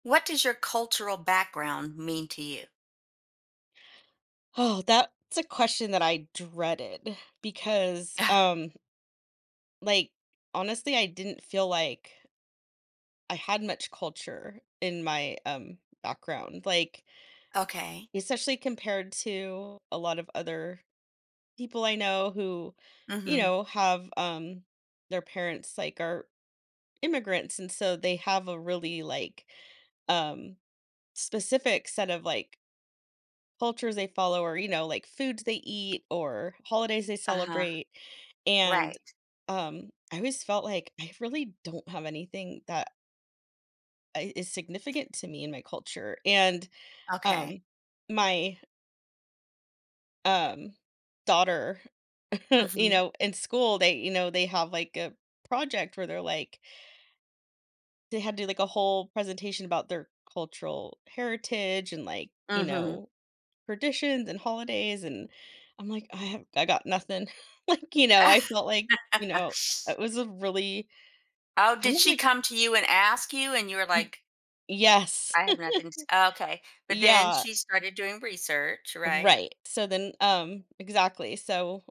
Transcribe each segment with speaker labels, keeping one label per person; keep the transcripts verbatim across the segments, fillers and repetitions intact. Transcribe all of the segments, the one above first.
Speaker 1: What does your cultural background mean to you?
Speaker 2: Oh, that's a question that I dreaded because,
Speaker 1: Ah,
Speaker 2: um, like, honestly, I didn't feel like I had much culture in my um background. Like,
Speaker 1: okay.
Speaker 2: especially compared to a lot of other people I know who, you
Speaker 1: Mhm.
Speaker 2: know, have um their parents like are immigrants, and so they have a really like um specific set of like cultures they follow, or you know, like foods they eat or holidays they
Speaker 1: Uh-huh.
Speaker 2: celebrate. And
Speaker 1: Right.
Speaker 2: um I always felt like I really don't have anything that i- is significant to me in my culture. And
Speaker 1: Okay.
Speaker 2: um my um daughter, you
Speaker 1: Mhm.
Speaker 2: know, in school they you know they have like a project where they're like they had to do like a whole presentation about their cultural heritage and like you
Speaker 1: Mhm.
Speaker 2: know traditions and holidays. And I'm like, I have I got nothing. Like, you know, I felt like, you know, it was a really
Speaker 1: Oh,
Speaker 2: kind
Speaker 1: did
Speaker 2: of
Speaker 1: she
Speaker 2: like
Speaker 1: come to you and ask you and you were
Speaker 2: mm,
Speaker 1: like,
Speaker 2: yes.
Speaker 1: "I have nothing to" Oh, okay. But then
Speaker 2: Yeah,
Speaker 1: she started doing research, right?
Speaker 2: right. So then um exactly. So,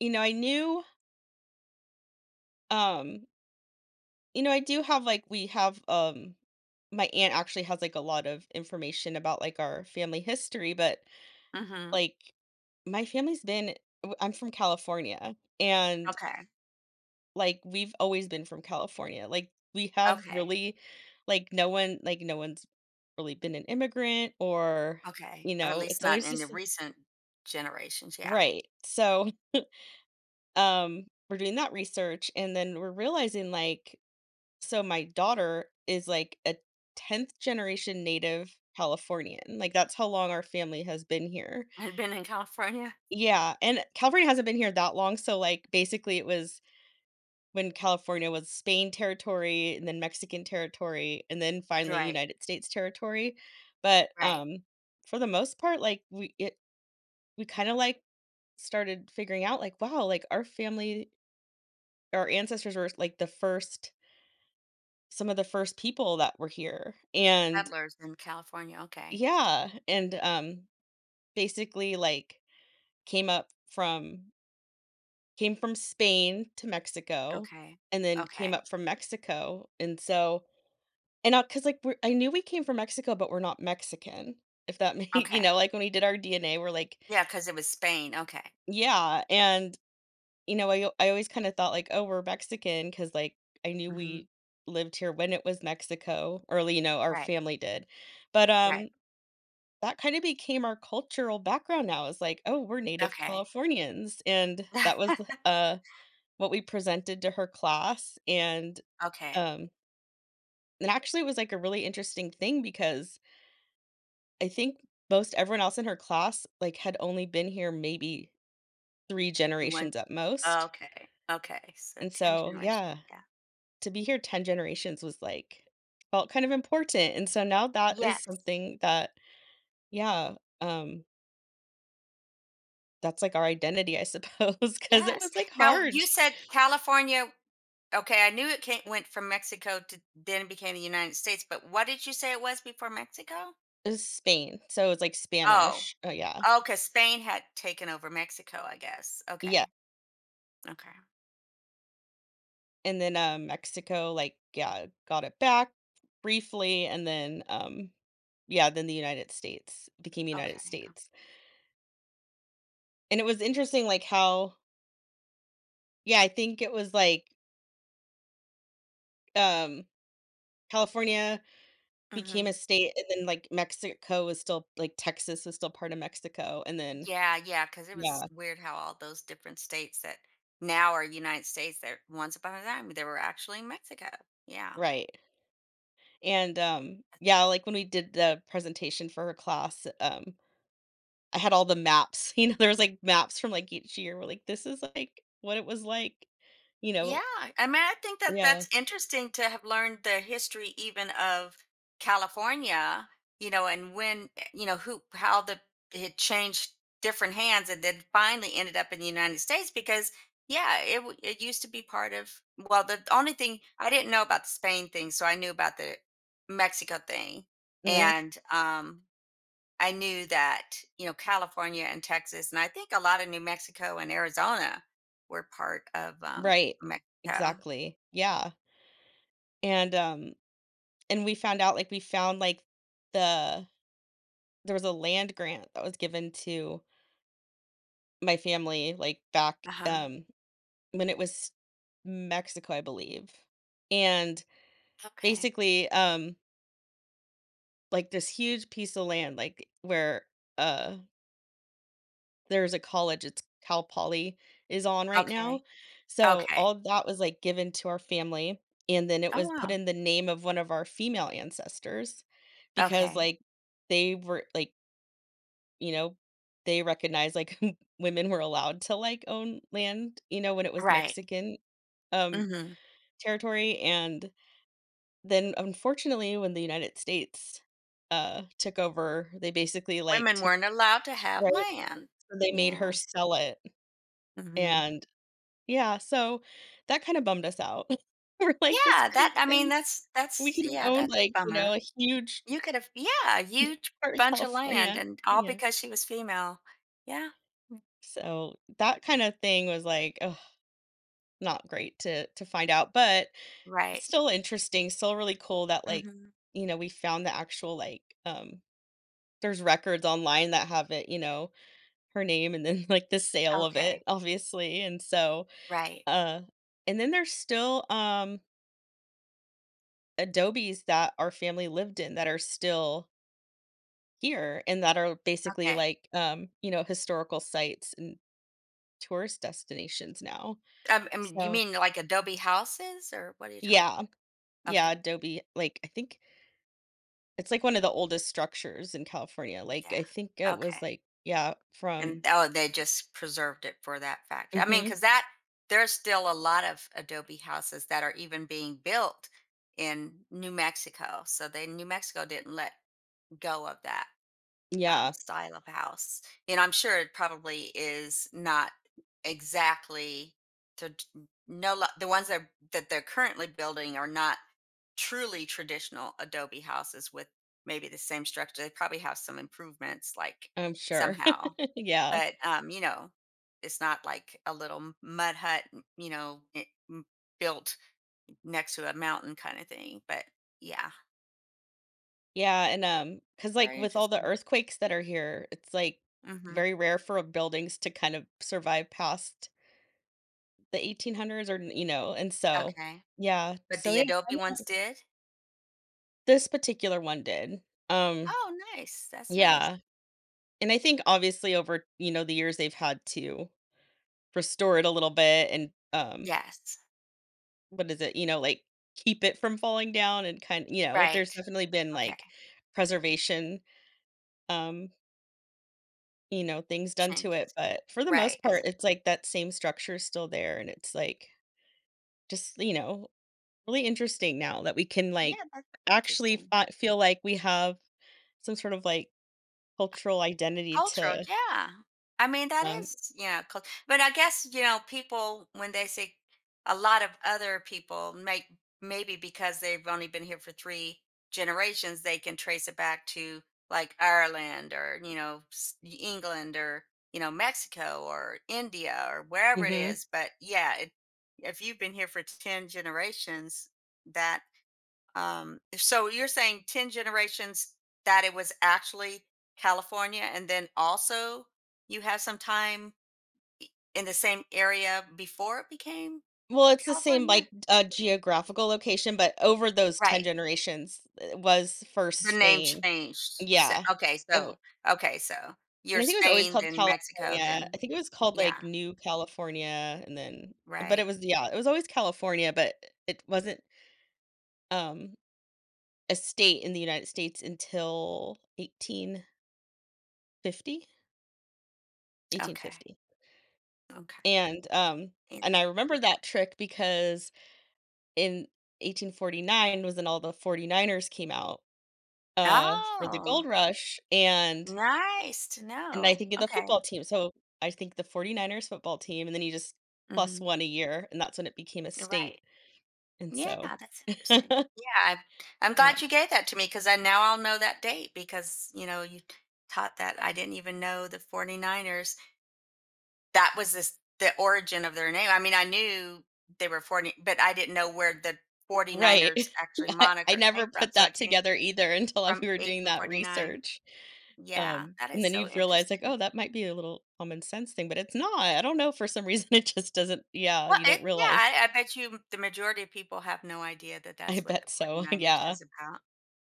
Speaker 2: you know, I knew, um you know, I do have like we have um my aunt actually has like a lot of information about like our family history. But
Speaker 1: Mhm.
Speaker 2: like my family's been w- I'm from California, and
Speaker 1: Okay.
Speaker 2: like, we've always been from California. Like, we have
Speaker 1: Okay.
Speaker 2: really like, no one like, no one's really been an immigrant or, you
Speaker 1: Okay. Or at
Speaker 2: know,
Speaker 1: least
Speaker 2: it's
Speaker 1: not
Speaker 2: always
Speaker 1: in the
Speaker 2: just
Speaker 1: recent generations, yeah.
Speaker 2: right. So, um, we're doing that research, and then we're realizing, like, so my daughter is, like, a tenth generation native Californian. Like, that's how long our family has been here.
Speaker 1: I'd been in California.
Speaker 2: Yeah, and California hasn't been here that long, so, like, basically, it was when California was Spain territory and then Mexican territory and then finally
Speaker 1: Right.
Speaker 2: United States territory. But,
Speaker 1: Right.
Speaker 2: um, for the most part, like, we it we kinda, like, started figuring out, like, wow, like, our family our ancestors were, like, the first some of the first people that were here. And
Speaker 1: Settlers in California. Okay.
Speaker 2: yeah, and, um, basically, like, came up from came from Spain to Mexico
Speaker 1: Okay.
Speaker 2: and then came
Speaker 1: Okay.
Speaker 2: up from Mexico, and so. And I, cause like, we're I knew we came from Mexico, but we're not Mexican, if that made you
Speaker 1: Okay.
Speaker 2: know, like, when we did our D N A, we're like
Speaker 1: Yeah, because it was Spain, okay.
Speaker 2: yeah. And, you know, I I always kinda thought, like, "Oh, we're Mexican," Mexican, cause like, I knew
Speaker 1: Mhm.
Speaker 2: we lived here when it was Mexico, or, you know, our
Speaker 1: Right,
Speaker 2: family did, but, um,
Speaker 1: right,
Speaker 2: that kinda became our cultural background now, is like, "Oh, we're native
Speaker 1: okay.
Speaker 2: Californians," and that was, uh, what we presented to her class, and,
Speaker 1: Okay,
Speaker 2: um, and actually it was, like, a really interesting thing because I think most everyone else in her class, like, had only been here maybe three
Speaker 1: one,
Speaker 2: generations at most,
Speaker 1: okay, okay, so
Speaker 2: and
Speaker 1: ten
Speaker 2: so,
Speaker 1: generations,
Speaker 2: yeah,
Speaker 1: yeah.
Speaker 2: to be here ten generations was, like, felt kind of important, and so now that is
Speaker 1: Yes,
Speaker 2: something that yeah, um, that's, like, our identity, I suppose, because it was,
Speaker 1: yes.
Speaker 2: like,
Speaker 1: Now
Speaker 2: hard.
Speaker 1: you said California, okay, I knew it came went from Mexico to then became the United States, but what did you say it was before Mexico?
Speaker 2: It was Spain, so it was like,
Speaker 1: Oh,
Speaker 2: Spanish. Oh, yeah.
Speaker 1: oh, because Spain had taken over Mexico, I guess.
Speaker 2: Yeah,
Speaker 1: Okay, okay,
Speaker 2: and then, um, Mexico, like, yeah, got it back briefly, and then, um yeah, then the United States became United
Speaker 1: okay, uh,
Speaker 2: States. And it was interesting, like, how yeah, I think it was, like, um, California became a
Speaker 1: mhm.
Speaker 2: state, and then, like, Mexico was still like, Texas was still part of Mexico, and then
Speaker 1: Yeah, yeah, because it was
Speaker 2: yeah,
Speaker 1: weird how all those different states that now are United States that once upon a time they were actually Mexico. Yeah.
Speaker 2: right. And, um, yeah, like, when we did the presentation for her class, um, I had all the maps, you know, there was, like, maps from, like, each year. We're like, "This is, like, what it was like," you
Speaker 1: Yeah,
Speaker 2: know?
Speaker 1: I mean, I think that
Speaker 2: Yeah.
Speaker 1: that's interesting to have learned the history even of California, you know, and when, eh, you know, who, how the, it changed different hands and then finally ended up in the United States because, yeah, it, w- it used to be part of, well, the only thing I didn't know about the Spain thing, so I knew about the Mexico thing.
Speaker 2: Mhm.
Speaker 1: And, um, I knew that, you know, California and Texas, and I think a lot of New Mexico and Arizona were part of um,
Speaker 2: Right.
Speaker 1: Mexico.
Speaker 2: Exactly. Yeah. And, um, and we found out, like, we found, like, the there was a land grant that was given to my family, like, back,
Speaker 1: Uh-huh.
Speaker 2: um, when it was Mexico, I believe, and,
Speaker 1: Okay.
Speaker 2: basically, um, like, this huge piece of land, like, where, uh, there's a college, it's Cal Poly is on right now,
Speaker 1: Okay.
Speaker 2: so,
Speaker 1: Okay.
Speaker 2: all that was, like, given to our family, and then it
Speaker 1: Oh,
Speaker 2: was put
Speaker 1: wow.
Speaker 2: in the name of one of our female ancestors because,
Speaker 1: Okay.
Speaker 2: like, they were, like, you know, they recognized, like, women were allowed to, like, own land, you know, when it was
Speaker 1: Right.
Speaker 2: Mexican, um,
Speaker 1: Hmm.
Speaker 2: territory, and then, unfortunately, when the United States, uh, took over, they basically, like,
Speaker 1: Women
Speaker 2: took
Speaker 1: weren't allowed to have
Speaker 2: right?
Speaker 1: land.
Speaker 2: So they made her
Speaker 1: Yeah.
Speaker 2: sell it,
Speaker 1: Hmm.
Speaker 2: and yeah, so that kinda bummed us out. We're like, "This
Speaker 1: Yeah.
Speaker 2: kind of
Speaker 1: That, I mean,
Speaker 2: thing
Speaker 1: that's,
Speaker 2: we
Speaker 1: that's,
Speaker 2: could have
Speaker 1: yeah,
Speaker 2: owned,
Speaker 1: that's a
Speaker 2: like, you know,
Speaker 1: bummer.
Speaker 2: a huge
Speaker 1: You could have, yeah, a huge
Speaker 2: part of
Speaker 1: bunch of land
Speaker 2: California."
Speaker 1: and all
Speaker 2: Yeah.
Speaker 1: because she was female. Yeah.
Speaker 2: So that kinda thing was, like, ugh, not great to to find out, but
Speaker 1: Right.
Speaker 2: still interesting, still really cool that, like,
Speaker 1: Hmm.
Speaker 2: you know, we found the actual, like, um there's records online that have it, you know, her name and then, like, the sale of it,
Speaker 1: Okay.
Speaker 2: obviously, and so,
Speaker 1: Right.
Speaker 2: uh and then there's still, um, adobes that our family lived in that are still here and that are basically,
Speaker 1: Okay.
Speaker 2: like, um, you know, historical sites and tourist destinations now.
Speaker 1: Um, I mean, you
Speaker 2: So,
Speaker 1: mean like Adobe houses or what are you talking
Speaker 2: yeah,
Speaker 1: about?
Speaker 2: yeah,
Speaker 1: Okay.
Speaker 2: adobe, like, I think it's like one of the oldest structures in California, like, I
Speaker 1: Yeah.
Speaker 2: think it was,
Speaker 1: Okay.
Speaker 2: like, yeah,
Speaker 1: And,
Speaker 2: from.
Speaker 1: oh, they just preserved it for that fact. I mean,
Speaker 2: Mhm.
Speaker 1: because that there's still a lot of Adobe houses that are even being built in New Mexico. So they New Mexico didn't let go of that um,
Speaker 2: Yeah,
Speaker 1: style of house. And I'm sure it probably is not exactly to no lo- the ones that that they're currently building are not truly traditional adobe houses with maybe the same structure. They probably have some improvements, like
Speaker 2: I'm sure.
Speaker 1: somehow,
Speaker 2: Yeah.
Speaker 1: but um, you know, it's not like a little m- mud hut, n- you know, it, m- built next to a mountain kind of thing. But yeah,
Speaker 2: Yeah, and, um because like,
Speaker 1: very
Speaker 2: with all the
Speaker 1: interesting.
Speaker 2: earthquakes that are here, it's, like,
Speaker 1: Hmm.
Speaker 2: very rare for buildings to kind of survive past the eighteen hundreds or, you know, and so
Speaker 1: Okay,
Speaker 2: yeah,
Speaker 1: but
Speaker 2: so,
Speaker 1: the
Speaker 2: yeah, I
Speaker 1: adobe ones
Speaker 2: know
Speaker 1: did.
Speaker 2: this particular one did. Um,
Speaker 1: Oh, nice. That's nice.
Speaker 2: yeah, and I think obviously over, you know, the years they've had to restore it a little bit and, um
Speaker 1: Yes.
Speaker 2: what is it, you know, like, keep it from falling down and kind you know, there's
Speaker 1: Right.
Speaker 2: definitely been,
Speaker 1: Okay.
Speaker 2: like, preservation, um, you know, things done to it,
Speaker 1: Changes.
Speaker 2: but for the
Speaker 1: Right.
Speaker 2: most
Speaker 1: As
Speaker 2: part,
Speaker 1: a
Speaker 2: it's, like, that same structure is still there, and it's, like, just, you know, really interesting now that we can, like,
Speaker 1: yeah, that's
Speaker 2: actually
Speaker 1: interesting.
Speaker 2: fi feel like we have some sort of, like, cultural identity
Speaker 1: Cultural,
Speaker 2: to,
Speaker 1: yeah. I mean, that
Speaker 2: um
Speaker 1: is, you know, cul- but I guess, you know, people, when they say a lot of other people, make maybe because they've only been here for three generations, they can trace it back to like Ireland or, you know, s- England or, you know, Mexico or India or wherever it
Speaker 2: mhm.
Speaker 1: is. But yeah, it, if you've been here for ten generations, that um, so you're saying ten generations that it was actually California, and then also you have some time in the same area before it became
Speaker 2: Well, it's the same,
Speaker 1: California?
Speaker 2: like, uh, geographical location, but over those ten
Speaker 1: Right.
Speaker 2: generations, it was first
Speaker 1: The name
Speaker 2: Spain.
Speaker 1: changed. So,
Speaker 2: Yeah.
Speaker 1: okay.
Speaker 2: It,
Speaker 1: So, okay. So
Speaker 2: and
Speaker 1: you're
Speaker 2: I think it was always
Speaker 1: Spain,
Speaker 2: called
Speaker 1: then Mexico,
Speaker 2: California. I
Speaker 1: then,
Speaker 2: think it was called,
Speaker 1: yeah.
Speaker 2: like, New California and then but it
Speaker 1: Right.
Speaker 2: was yeah, it was always California, but it wasn't, um, a state in the United States until eighteen fifty?
Speaker 1: Okay.
Speaker 2: eighteen fifty.
Speaker 1: Okay.
Speaker 2: And, um,
Speaker 1: In-
Speaker 2: and I remember that trick because in eighteen forty-nine was when all the 49ers came out, uh, for the gold
Speaker 1: Oh,
Speaker 2: rush. and
Speaker 1: nice to
Speaker 2: And I
Speaker 1: know.
Speaker 2: think of the
Speaker 1: Okay.
Speaker 2: football team, so I think the 49ers football team, and then you just plus
Speaker 1: Hmm.
Speaker 2: one a year, and that's when it became a state,
Speaker 1: Right.
Speaker 2: and
Speaker 1: Yeah,
Speaker 2: so
Speaker 1: that's interesting. Yeah, I, I'm
Speaker 2: yeah,
Speaker 1: glad you gave that to me because I now I'll know that date because you know you taught that I didn't even know the 49ers. That was this the origin of their name. I mean, I knew they were forty, but I didn't know where the
Speaker 2: right.
Speaker 1: 49ers actually
Speaker 2: I I
Speaker 1: moniker
Speaker 2: never
Speaker 1: came from.
Speaker 2: put
Speaker 1: So I
Speaker 2: that
Speaker 1: came
Speaker 2: together either until
Speaker 1: from
Speaker 2: we were doing that
Speaker 1: eighteen forty-nine.
Speaker 2: research,
Speaker 1: Yeah,
Speaker 2: um,
Speaker 1: that
Speaker 2: and
Speaker 1: is
Speaker 2: then
Speaker 1: so
Speaker 2: you've realized, like,
Speaker 1: interesting.
Speaker 2: "Oh, that might be a little common sense thing," but it's not, I don't know, for some reason it just doesn't yeah,
Speaker 1: Well,
Speaker 2: you
Speaker 1: it,
Speaker 2: don't
Speaker 1: yeah,
Speaker 2: realize.
Speaker 1: I, I bet you the majority of people have no idea that
Speaker 2: I
Speaker 1: that's what
Speaker 2: bet
Speaker 1: the
Speaker 2: so,
Speaker 1: 49ers
Speaker 2: yeah,
Speaker 1: is about.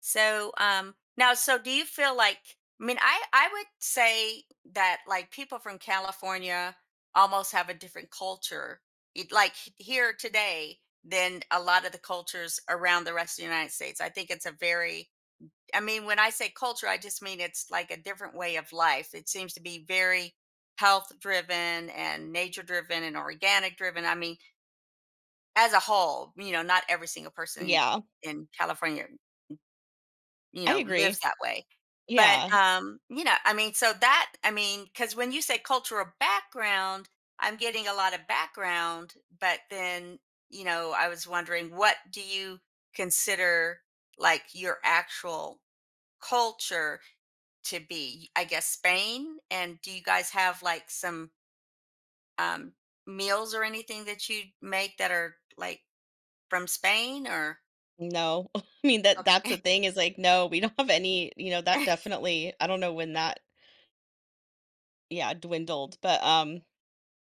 Speaker 1: So, um, now, so do you feel like, I mean, I, I would say that like people from California almost have a different culture, it- like h- here today, than a lot of the cultures around the rest of the United States. I think it's a very, I mean, when I say culture, I just mean it's like a different way of life. It seems to be very health driven and nature driven and organic driven. I mean, as a whole, you know, not every single person
Speaker 2: yeah,
Speaker 1: in California, you
Speaker 2: I
Speaker 1: know,
Speaker 2: agree.
Speaker 1: lives that way. But,
Speaker 2: Yeah.
Speaker 1: um, you know, I mean, so that I mean, because when you say cultural background, I'm getting a lot of background, but then, you know, I was wondering what do you consider like your actual culture to be? I guess Spain, and do you guys have like some um, meals or anything that you make that are like from Spain or
Speaker 2: No. I mean, that that's
Speaker 1: okay?
Speaker 2: the thing is like, no, we don't have any, you know, that definitely I don't know when that yeah, dwindled, but um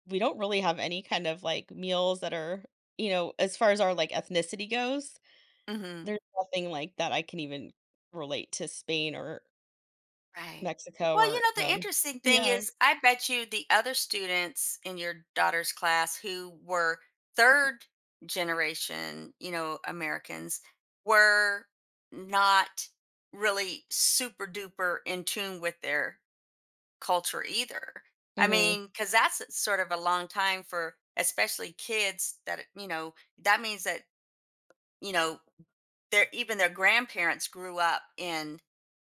Speaker 2: we don't really have any kind of like meals that are, you know, as far as our like ethnicity goes,
Speaker 1: Mhm.
Speaker 2: there's nothing like that I can even relate to Spain or
Speaker 1: Right.
Speaker 2: Mexico
Speaker 1: Well, you
Speaker 2: or
Speaker 1: know, the
Speaker 2: um
Speaker 1: interesting thing
Speaker 2: yeah.
Speaker 1: is, I bet you the other students in your daughter's class who were third generation, you know, Americans were not really super duper in tune with their culture either. I
Speaker 2: Mhm.
Speaker 1: mean, because that's sort of a long time for especially kids that, you know, that means that, you know, their even their grandparents grew up in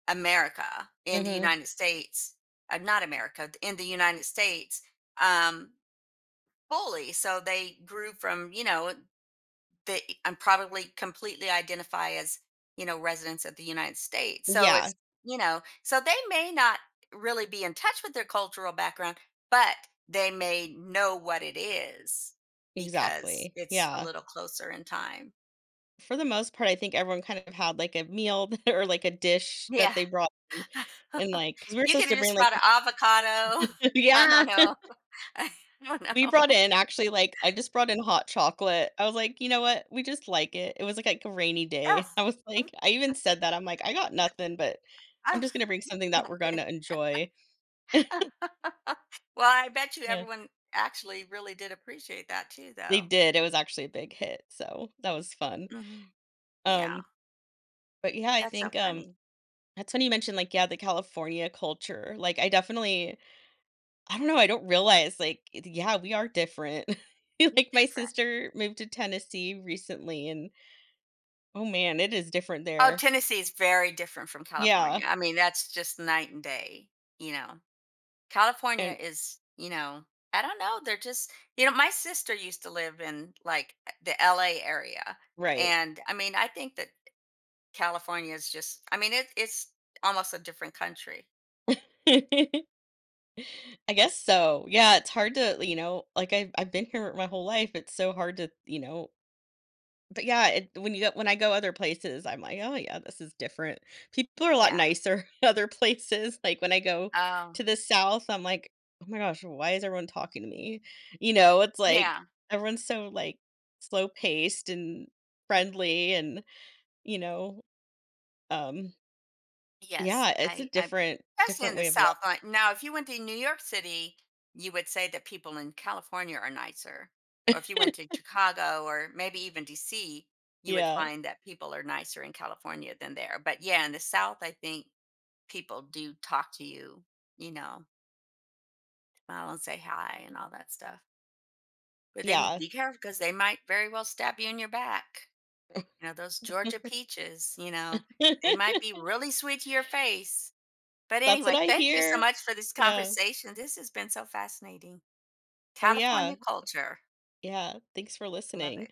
Speaker 1: America in the
Speaker 2: Mhm.
Speaker 1: United States, uh, not America in the United States, um, fully. So they grew from you know they and probably completely identify as you know residents of the United States. So
Speaker 2: Yeah,
Speaker 1: it's you know so they may not really be in touch with their cultural background, but they may know what it is because
Speaker 2: exactly.
Speaker 1: it's a
Speaker 2: Yeah.
Speaker 1: little closer in time.
Speaker 2: For the most part, I think everyone kind of had like a meal or like a dish that
Speaker 1: Yeah.
Speaker 2: they brought in and like because we were
Speaker 1: You
Speaker 2: supposed
Speaker 1: could
Speaker 2: to
Speaker 1: have
Speaker 2: bring
Speaker 1: just
Speaker 2: like
Speaker 1: bought an avocado. I
Speaker 2: yeah
Speaker 1: don't know. I don't
Speaker 2: we brought
Speaker 1: know.
Speaker 2: in actually, like I just brought in hot chocolate. I was like, "You know what? We just like it." It was, like like, a rainy
Speaker 1: Yes.
Speaker 2: day. I was like I even said that, I'm like, "I got nothing, but I'm
Speaker 1: I
Speaker 2: just gonna bring something that we're
Speaker 1: loved it.
Speaker 2: gonna enjoy."
Speaker 1: Well, I bet you
Speaker 2: Yeah.
Speaker 1: everyone actually really did appreciate that too,
Speaker 2: They
Speaker 1: though.
Speaker 2: did, it was actually a big hit, so that was fun.
Speaker 1: Mhm. Yeah,
Speaker 2: Um, but yeah, I
Speaker 1: that's so
Speaker 2: think, um,
Speaker 1: funny.
Speaker 2: that's when you mentioned, like, yeah, the California culture. Like, I definitely I don't know, I don't realize, like, it yeah, we are different.
Speaker 1: You're
Speaker 2: Like, my
Speaker 1: different.
Speaker 2: sister moved to Tennessee recently, and, oh man, it is different
Speaker 1: Oh,
Speaker 2: there.
Speaker 1: Tennessee is very different from
Speaker 2: Yeah.
Speaker 1: California. I mean, that's just night and day, you know. California
Speaker 2: And
Speaker 1: is, you know, I don't know, they're just, you know, my sister used to live in like the L A area.
Speaker 2: right.
Speaker 1: And I mean, I think that California is just, I mean, it, it's almost a different country.
Speaker 2: I guess so. Yeah, it's hard to, you know, like I've I've been here my whole life. It's so hard to, you know, but yeah, it, when you go when I go other places, I'm like, oh yeah, this is different. People are a lot
Speaker 1: Yeah.
Speaker 2: nicer other places. Like when I go
Speaker 1: Oh,
Speaker 2: to the south, I'm like, oh my gosh, why is everyone talking to me? You know, it's
Speaker 1: yeah.
Speaker 2: like everyone's so like slow paced and
Speaker 1: Mm,
Speaker 2: friendly, and you know, um,
Speaker 1: yes,
Speaker 2: yeah, it's a
Speaker 1: I, I,
Speaker 2: different
Speaker 1: especially
Speaker 2: different
Speaker 1: in the
Speaker 2: way of
Speaker 1: South.
Speaker 2: life.
Speaker 1: Like now, if you went to New York City, you would say that people in California are nicer. Or if you went to Chicago or maybe even D C, you would
Speaker 2: Yeah,
Speaker 1: find that people are nicer in California than there. But yeah, in the South, I think people do talk to you, you know, smile and say hi and all that stuff. But then you
Speaker 2: yeah.
Speaker 1: be careful because they might very well stab you in your back. You know, those Georgia peaches, you know, they might be really sweet to your face. But
Speaker 2: That's what
Speaker 1: anyway,
Speaker 2: I
Speaker 1: thank you so
Speaker 2: hear.
Speaker 1: much for this
Speaker 2: Yeah.
Speaker 1: conversation. This has been so fascinating.
Speaker 2: Oh, yeah.
Speaker 1: California culture.
Speaker 2: Yeah. Thanks for
Speaker 1: Love
Speaker 2: listening.
Speaker 1: it.